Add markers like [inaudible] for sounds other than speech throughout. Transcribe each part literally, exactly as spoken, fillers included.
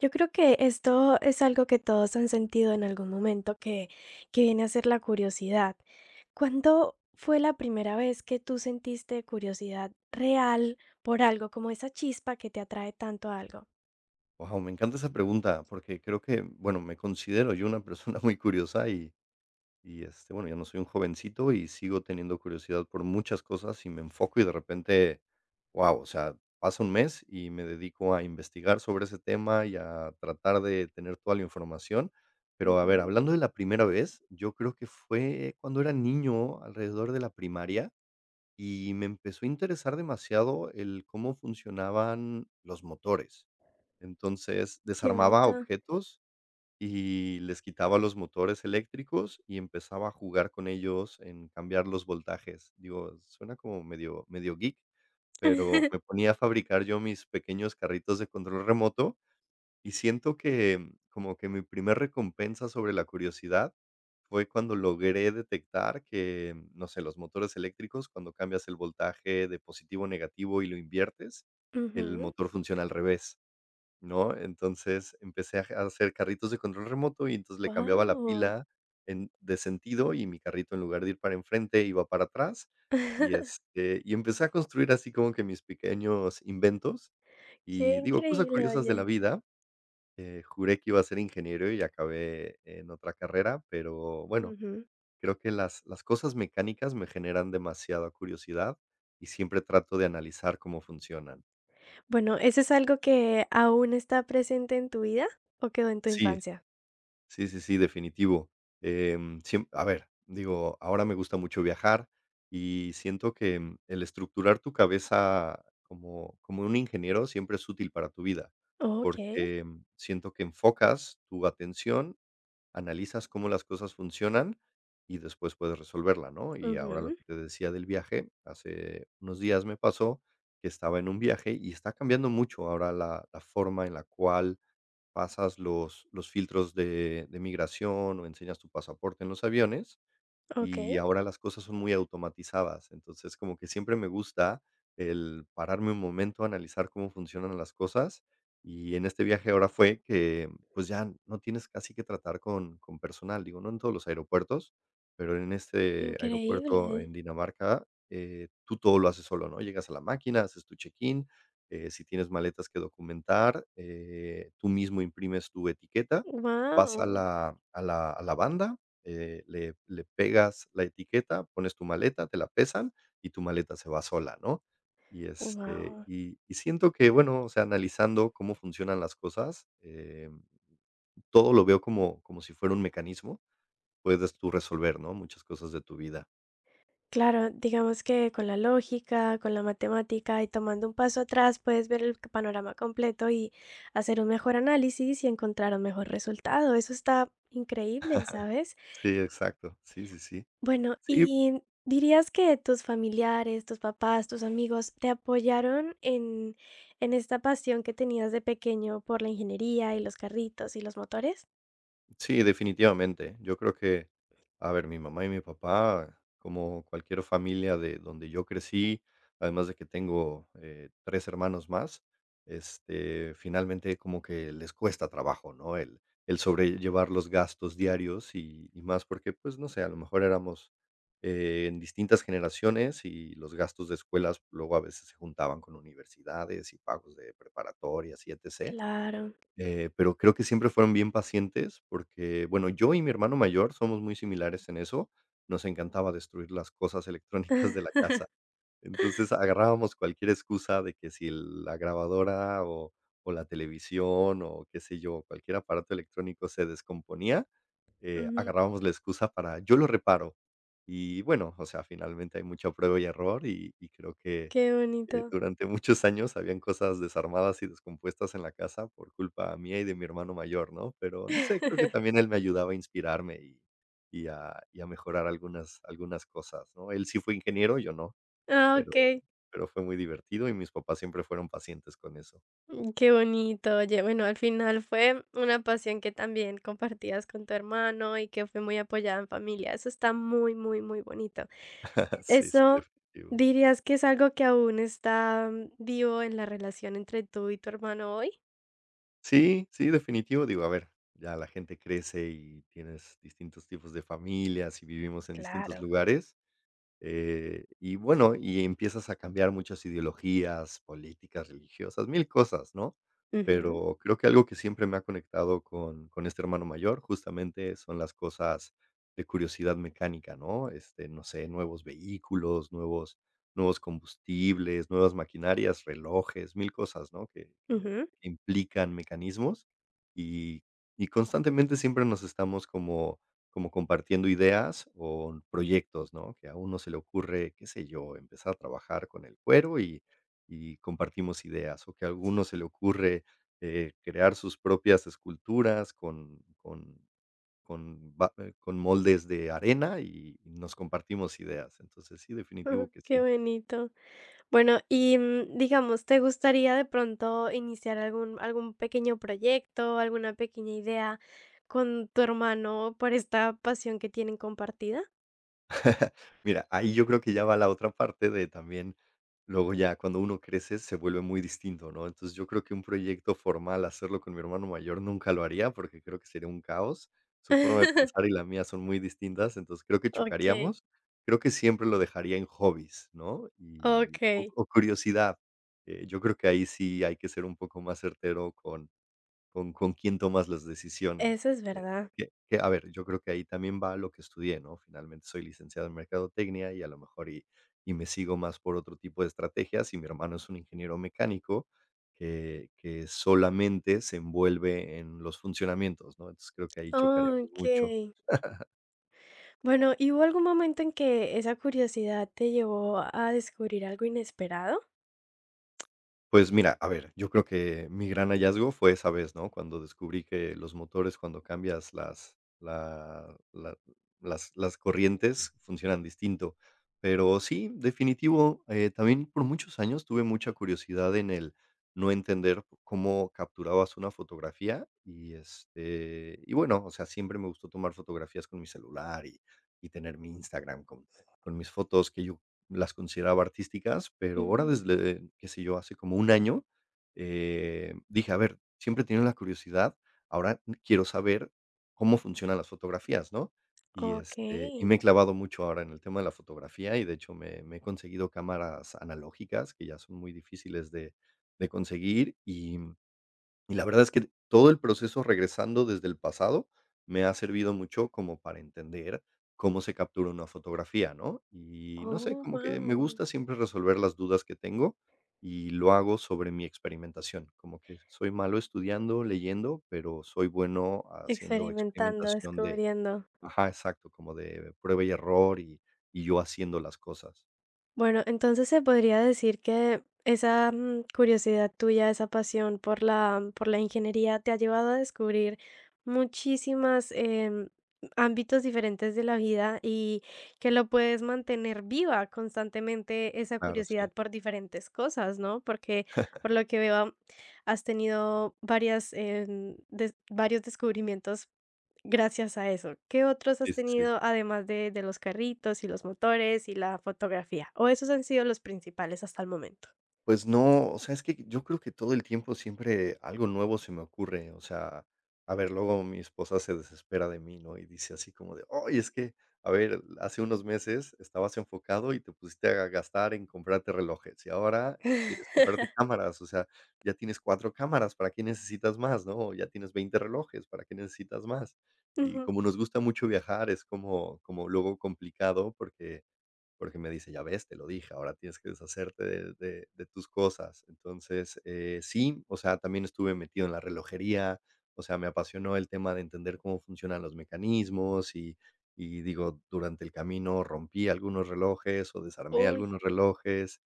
Yo creo que esto es algo que todos han sentido en algún momento que, que viene a ser la curiosidad. ¿Cuándo fue la primera vez que tú sentiste curiosidad real por algo, como esa chispa que te atrae tanto a algo? Wow, me encanta esa pregunta, porque creo que, bueno, me considero yo una persona [laughs] muy curiosa y y, este, bueno, ya no soy un jovencito y sigo teniendo curiosidad por muchas cosas y me enfoco y de repente, wow, o sea, pasa un mes y me dedico a investigar sobre ese tema y a tratar de tener toda la información. Pero, a ver, Ujú, hablando de la primera vez, yo creo que fue cuando era niño, alrededor de la primaria, y me empezó a interesar demasiado el cómo funcionaban los motores. Entonces, qué desarmaba bonito. objetos y les quitaba los motores eléctricos y empezaba a jugar con ellos en cambiar los voltajes. Digo, suena como medio medio geek, pero me [laughs] ponía a fabricar yo mis pequeños carritos de control remoto y siento que como que mi primer recompensa sobre la curiosidad fue cuando logré detectar que, no sé, los motores eléctricos, cuando cambias el voltaje de positivo a negativo y lo inviertes, el Ujú. motor funciona al revés, ¿no? Entonces, empecé a ja a hacer carritos de control remoto y entonces le cambiaba la Wow. pila en de sentido y mi carrito en lugar de ir para enfrente iba para atrás y, [laughs] este, y empecé a construir así como que mis pequeños inventos Qué y digo, cosas increíble, curiosas de la oye. vida, eh, juré que iba a ser ingeniero y acabé en otra carrera, pero bueno, Ujú. creo que las las cosas mecánicas me generan demasiada curiosidad y siempre trato de analizar cómo funcionan. Bueno, ¿eso es algo que aún está presente en tu vida o quedó en tu Sí. infancia? Sí, sí, sí, definitivo. Em, siem A ver, digo, ahora me gusta mucho viajar y siento que, mm, el estructurar tu cabeza como como un ingeniero siempre es útil para tu vida, Ok. porque, mm, siento que enfocas tu atención, analizas cómo las cosas funcionan y después puedes resolverla, ¿no? Y ahora lo Ujú. que te decía del viaje, hace unos días me pasó que estaba en un viaje y está cambiando mucho ahora la la forma en la cual pasas los los filtros de de migración o enseñas tu pasaporte en los aviones Ok. y ahora las cosas son muy automatizadas. Entonces, como que siempre me gusta el pararme un momento, analizar cómo funcionan las cosas. Y en este viaje ahora fue que, pues ya no tienes casi que tratar con, con personal, digo, no en todos los aeropuertos, pero en este Increíble. aeropuerto en Dinamarca, eh, tú todo lo haces solo, ¿no? Llegas a la máquina, haces tu check-in, eh, si tienes maletas que documentar, eh, tú mismo imprimes tu etiqueta, vas a Wow, la, a la, a la banda, eh, le le pegas la etiqueta, pones tu maleta, te la pesan y tu maleta se va sola, ¿no? Y, este, wow. y y siento que, bueno, o sea, analizando cómo funcionan las cosas, em, todo lo veo como como si fuera un mecanismo, puedes tú resolver, ¿no?, muchas cosas de tu vida. Claro, digamos que con la lógica, con la matemática y tomando un paso atrás, puedes ver el panorama completo y hacer un mejor análisis y encontrar un mejor resultado. Eso está increíble, ¿sabes? Sí, exacto. Sí, sí, sí. Bueno, Sí, ¿y dirías que tus familiares, tus papás, tus amigos te apoyaron en, en esta pasión que tenías de pequeño por la ingeniería y los carritos y los motores? sí, definitivamente. Yo creo que, a ver, mi mamá y mi papá, como cualquier familia de donde yo crecí, además de que tengo eh, tres hermanos más, este, finalmente como que les cuesta trabajo, ¿no? El, el sobrellevar los gastos diarios y, y más porque, pues, no sé, a lo mejor éramos eh, en distintas generaciones y los gastos de escuelas luego a veces se juntaban con universidades y pagos de preparatorias y etcétera. Claro. Eh, pero creo que siempre fueron bien pacientes porque, bueno, yo y mi hermano mayor somos muy similares en eso. Nos encantaba destruir las cosas [laughs] electrónicas de la [laughs] casa. Entonces agarrábamos cualquier excusa de que si el- la grabadora o, o la televisión o qué sé yo, cualquier aparato electrónico se descomponía, eh, Ujú. agarrábamos la excusa para yo lo reparo. Y bueno, o sea, finalmente hay mucho prueba y error y, y creo que Qué eh, bonito. durante muchos años habían cosas desarmadas y descompuestas en la casa por culpa mía y de mi hermano mayor, ¿no? Pero no sé, creo que [laughs] también él me ayudaba a inspirarme y y a y a mejorar algunas algunas cosas, ¿no? Él sí fue ingeniero, yo no, Ah, pero okey. pero fue muy divertido y mis papás siempre fueron pacientes con eso. Mm, qué bonito. Oye, bueno, al final fue una pasión que también compartías con tu hermano y que fue muy apoyada en familia. Eso está muy, muy, muy bonito. [laughs] Sí, sí, ¿Eso definitivo. dirías que es algo que aún está mm, vivo en la relación entre tú y tu hermano hoy? Sí, sí, definitivo. Digo, a ver, ya la gente crece y tienes distintos tipos de familias y vivimos en distintos Claro. lugares. Eh, y bueno, y empiezas a cambiar muchas ideologías, políticas, religiosas, mil cosas, ¿no? Ujú, Pero creo que algo que siempre me ha conectado con con este hermano mayor, justamente, son las cosas de curiosidad mecánica, ¿no? Este, no sé, nuevos vehículos, nuevos nuevos combustibles, nuevas maquinarias, relojes, mil cosas, ¿no? Que que ujú. implican mecanismos y y constantemente siempre nos estamos como como compartiendo ideas o proyectos, ¿no? Que a uno se le ocurre, qué sé yo, empezar a trabajar con el cuero y, y compartimos ideas, o que a alguno se le ocurre eh, crear sus propias esculturas con, con, con, ba- eh, con moldes de arena y nos compartimos ideas. Entonces, sí, definitivo [laughs] que Qué sí. bonito. Bueno, y, mm, digamos, ¿te gustaría de pronto iniciar algún algún pequeño proyecto, alguna pequeña idea con tu hermano por esta pasión que tienen compartida? Mira, ahí yo creo que ya va la otra parte de también luego ya cuando uno crece se vuelve muy distinto, ¿no? Entonces, yo creo que un proyecto formal, hacerlo con mi hermano mayor nunca lo haría, porque creo que sería un caos. Su forma de pensar y [laughs] la mía son muy distintas, entonces creo que Okey, chocaríamos. Creo que siempre lo dejaría en hobbies, ¿no? Y o okey, o curiosidad. Eh, yo creo que ahí sí hay que ser un poco más certero con ¿Con con quién tomas las decisiones? eso es Eh, verdad. que que, a ver, yo creo que ahí también va lo que estudié, ¿no? Finalmente soy licenciado en mercadotecnia y a lo mejor y y me sigo más por otro tipo de estrategias, y mi hermano es un ingeniero mecánico que que solamente se envuelve en los funcionamientos, ¿no? Entonces, creo que ahí chocaríamos mucho. Okey. Bueno, ¿y hubo algún momento en que esa curiosidad te llevó a descubrir algo inesperado? Pues mira, a ver, yo creo que mi gran hallazgo fue esa vez, ¿no? Cuando descubrí que los motores, cuando cambias las la la las las corrientes, funcionan distinto. Pero sí, definitivo, eh, también por muchos años tuve mucha curiosidad en el no entender cómo capturabas una fotografía y, este, y bueno, o sea, siempre me gustó tomar fotografías con mi celular y y tener mi Instagram con con mis fotos que yo las consideraba artísticas, pero ahora Ujú. desde, qué sé yo, hace como un año, eh, dije, a ver, siempre he tenido la curiosidad, ahora quiero saber cómo funcionan las fotografías, ¿no? Y, este, Okey. Y me he clavado mucho ahora en el tema de la fotografía y de hecho me, me he conseguido cámaras analógicas que ya son muy difíciles de, de conseguir y la verdad es que todo el proceso regresando desde el pasado me ha servido mucho como para entender cómo se captura una fotografía, ¿no? Y no sé, Oh, como que me wow. gusta siempre resolver las dudas que tengo y lo hago sobre mi experimentación. Como que soy malo estudiando, leyendo, pero soy bueno haciendo Experimentando, experimentación de, descubriendo. ajá, exacto, como de prueba y error y, y yo haciendo las cosas. Bueno, entonces se podría decir que esa mm, curiosidad tuya, esa pasión por la, mm, por la ingeniería te ha llevado a descubrir muchísimas em, ámbitos diferentes de la vida y que lo puedes mantener viva constantemente esa Claro, sí. curiosidad por diferentes cosas, ¿no? Porque por lo que veo has tenido varias, em, des- varios descubrimientos. Gracias a eso, ¿qué otros Sí, has sí, sí. tenido además de de los carritos y los motores y la fotografía? ¿O esos han sido los principales hasta el momento? Pues no, o sea, es que yo creo que todo el tiempo siempre algo nuevo se me ocurre, o sea, a ver, luego mi esposa se desespera de mí, ¿no? Y dice así como de, oye, es que, a ver, hace unos meses estabas enfocado y te pusiste a gastar en comprarte relojes y ahora quieres [laughs] comprarte cámaras, o sea, ya tienes cuatro cámaras, ¿para qué necesitas más, no? Ya tienes veinte relojes, ¿para qué necesitas más? Y Ujú. como nos gusta mucho viajar, es como, como luego complicado porque porque me dice: "Ya ves, te lo dije, ahora tienes que deshacerte de de de tus cosas". Entonces, eh, sí, o sea, también estuve metido en la relojería, o sea, me apasionó el tema de entender cómo funcionan los mecanismos y y digo, durante el camino rompí algunos relojes o desarmé Uy. algunos relojes.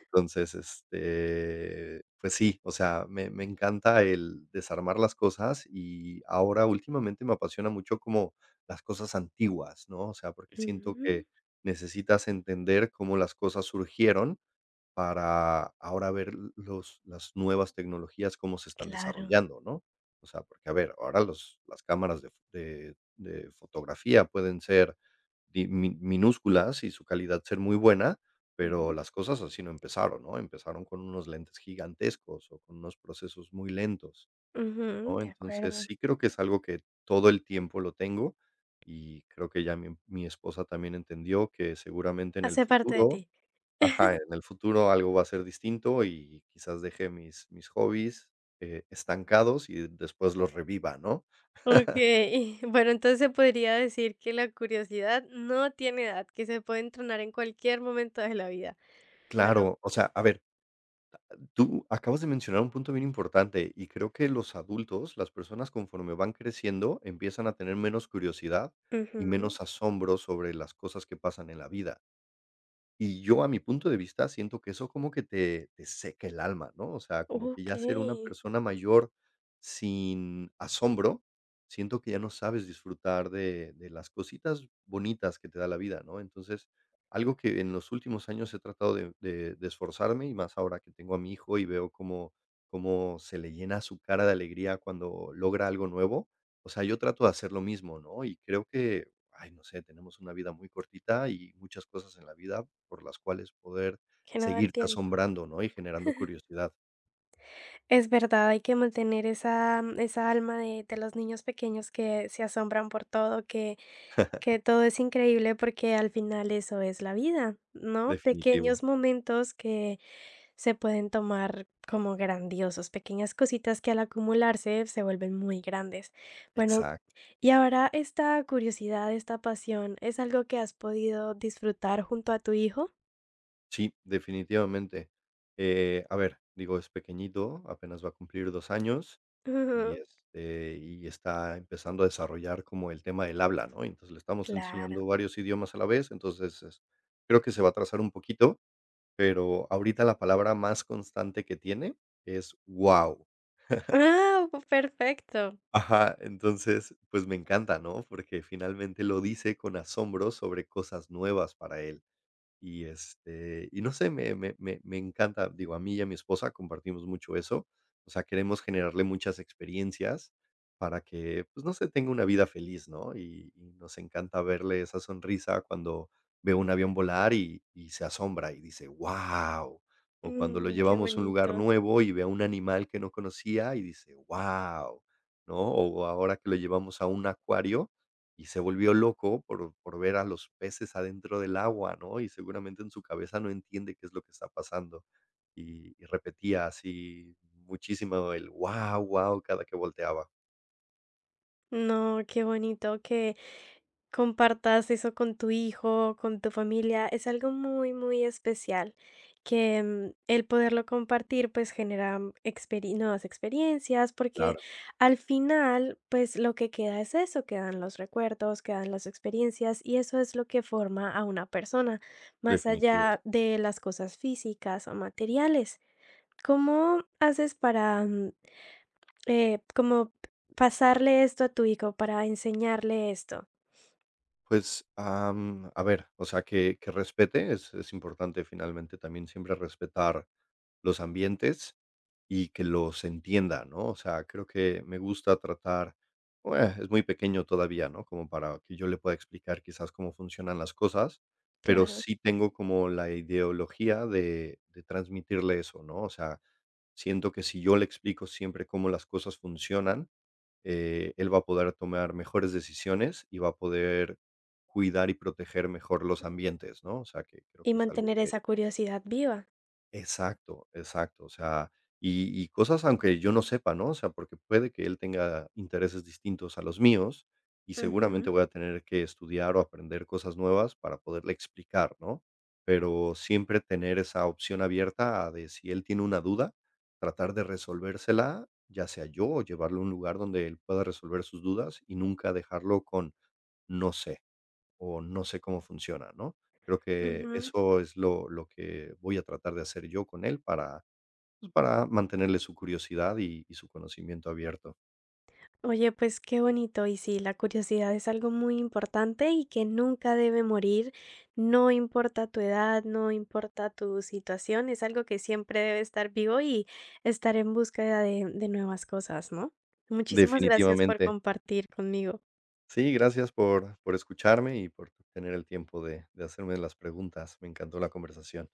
Entonces, este, pues sí, o sea, me me encanta el desarmar las cosas y ahora últimamente me apasiona mucho como las cosas antiguas, ¿no? O sea, porque siento Mm, que necesitas entender cómo las cosas surgieron para ahora ver los las nuevas tecnologías, cómo se están claro. desarrollando, ¿no? O sea, porque, a ver, ahora los las cámaras de f de de fotografía pueden ser di mi minúsculas y su calidad ser muy buena, pero Ujú. las cosas así no empezaron, ¿no? Empezaron con unos lentes gigantescos o con unos procesos muy lentos, Ujú, ¿no? de Entonces, acuerdo. sí creo que es algo que todo el tiempo lo tengo, y creo que ya mi mi esposa también entendió que seguramente en el Hace parte de futuro ti. [laughs] ajá, en el futuro algo va a ser distinto y quizás deje mis mis hobbies, eh, estancados y después los reviva, ¿no? Okey. [laughs] Bueno, entonces se podría decir que la curiosidad no tiene edad, que se puede entrenar en cualquier momento de la vida. Bueno, Claro, o sea, a ver, tú acabas de mencionar un punto bien importante y creo que los adultos, las personas conforme van creciendo, empiezan a tener menos curiosidad y ujú. menos asombro sobre las cosas que pasan en la vida. Y yo, a mi punto de vista, siento que eso como que te te seca el alma, ¿no? O sea, como que ya ser una Okey, persona mayor sin asombro, siento que ya no sabes disfrutar de de las cositas bonitas que te da la vida, ¿no? Entonces, algo que en los últimos años he tratado de de de esforzarme, y más ahora que tengo a mi hijo y veo cómo cómo se le llena su cara de alegría cuando logra algo nuevo, o sea, yo trato de hacer lo mismo, ¿no? Y creo que ay, no sé, tenemos una vida muy cortita y muchas cosas en la vida por las cuales poder que no da el seguirte tiempo. asombrando, ¿no? Y generando curiosidad. Es verdad, hay que mantener esa esa alma de de los niños pequeños que se asombran por todo, que que todo es increíble, porque al final eso es la vida, ¿no? Definitivo. Pequeños momentos que se pueden tomar como grandiosos, pequeñas cositas que al acumularse se vuelven muy grandes. Bueno, Exacto. y ahora esta curiosidad, esta pasión, ¿es algo que has podido disfrutar junto a tu hijo? Sí, definitivamente. Eh, a ver, digo, es pequeñito, apenas va a cumplir dos años [laughs] y, Ujú, este, y está empezando a desarrollar como el tema del habla, ¿no? Entonces, le estamos claro. enseñando varios idiomas a la vez, entonces, es creo que se va a atrasar un poquito, pero ahorita la palabra más constante que tiene es wow. [laughs] Ah, perfecto. Ajá, entonces, pues me encanta, ¿no? Porque finalmente lo dice con asombro sobre cosas nuevas para él. Y, este, y no sé, me me me me encanta, digo, a mí y a mi esposa compartimos mucho eso, o sea, queremos generarle muchas experiencias para que, pues, no sé, tenga una vida feliz, ¿no? Y y nos encanta verle esa sonrisa cuando ve un avión volar y y se asombra y dice: wow. O cuando lo Mm, qué llevamos a un lugar bonito. nuevo y ve a un animal que no conocía y dice: wow, ¿no? O ahora que lo llevamos a un acuario y se volvió loco por por ver a los peces adentro del agua, ¿no? Y seguramente en su cabeza no entiende qué es lo que está pasando. Y y repetía así muchísimo el: wow, wow, cada que volteaba. No, qué bonito que compartas eso con tu hijo, con tu familia, es algo muy, muy especial que mm, el poderlo compartir pues genera mm, experi- nuevas experiencias porque Claro, al final pues lo que queda es eso, quedan los recuerdos, quedan las experiencias y eso es lo que forma a una persona más definitivo. allá de las cosas físicas o materiales. ¿Cómo haces para mm, eh, como pasarle esto a tu hijo, para enseñarle esto? Pues, am, a ver, o sea, que que respete, es es importante finalmente también siempre respetar los ambientes y que los entienda, ¿no? O sea, creo que me gusta tratar, bueno, es muy pequeño todavía, ¿no? Como para que yo le pueda explicar quizás cómo funcionan las cosas, pero Claro. sí tengo como la ideología de de transmitirle eso, ¿no? O sea, siento que si yo le explico siempre cómo las cosas funcionan, eh, él va a poder tomar mejores decisiones y va a poder cuidar y proteger mejor los ambientes, ¿no? O sea, que creo Y que es algo mantener que esa curiosidad viva. exacto, exacto. O sea, y y cosas aunque yo no sepa, ¿no? O sea, porque puede que él tenga intereses distintos a los míos, y Ujú, seguramente voy a tener que estudiar o aprender cosas nuevas para poderle explicar, ¿no? Pero siempre tener esa opción abierta a de si él tiene una duda, tratar de resolvérsela, ya sea yo, o llevarlo a un lugar donde él pueda resolver sus dudas y nunca dejarlo con no sé o no sé cómo funciona, ¿no? Creo que ujú. eso es lo lo que voy a tratar de hacer yo con él para, pues, para mantenerle su curiosidad y y su conocimiento abierto. Oye, pues qué bonito. Y sí, la curiosidad es algo muy importante y que nunca debe morir, no importa tu edad, no importa tu situación, es algo que siempre debe estar vivo y estar en búsqueda de, de nuevas cosas, ¿no? Muchísimas gracias por Definitivamente. compartir conmigo. Sí, gracias por por escucharme y por tener el tiempo de de hacerme las preguntas. Me encantó la conversación.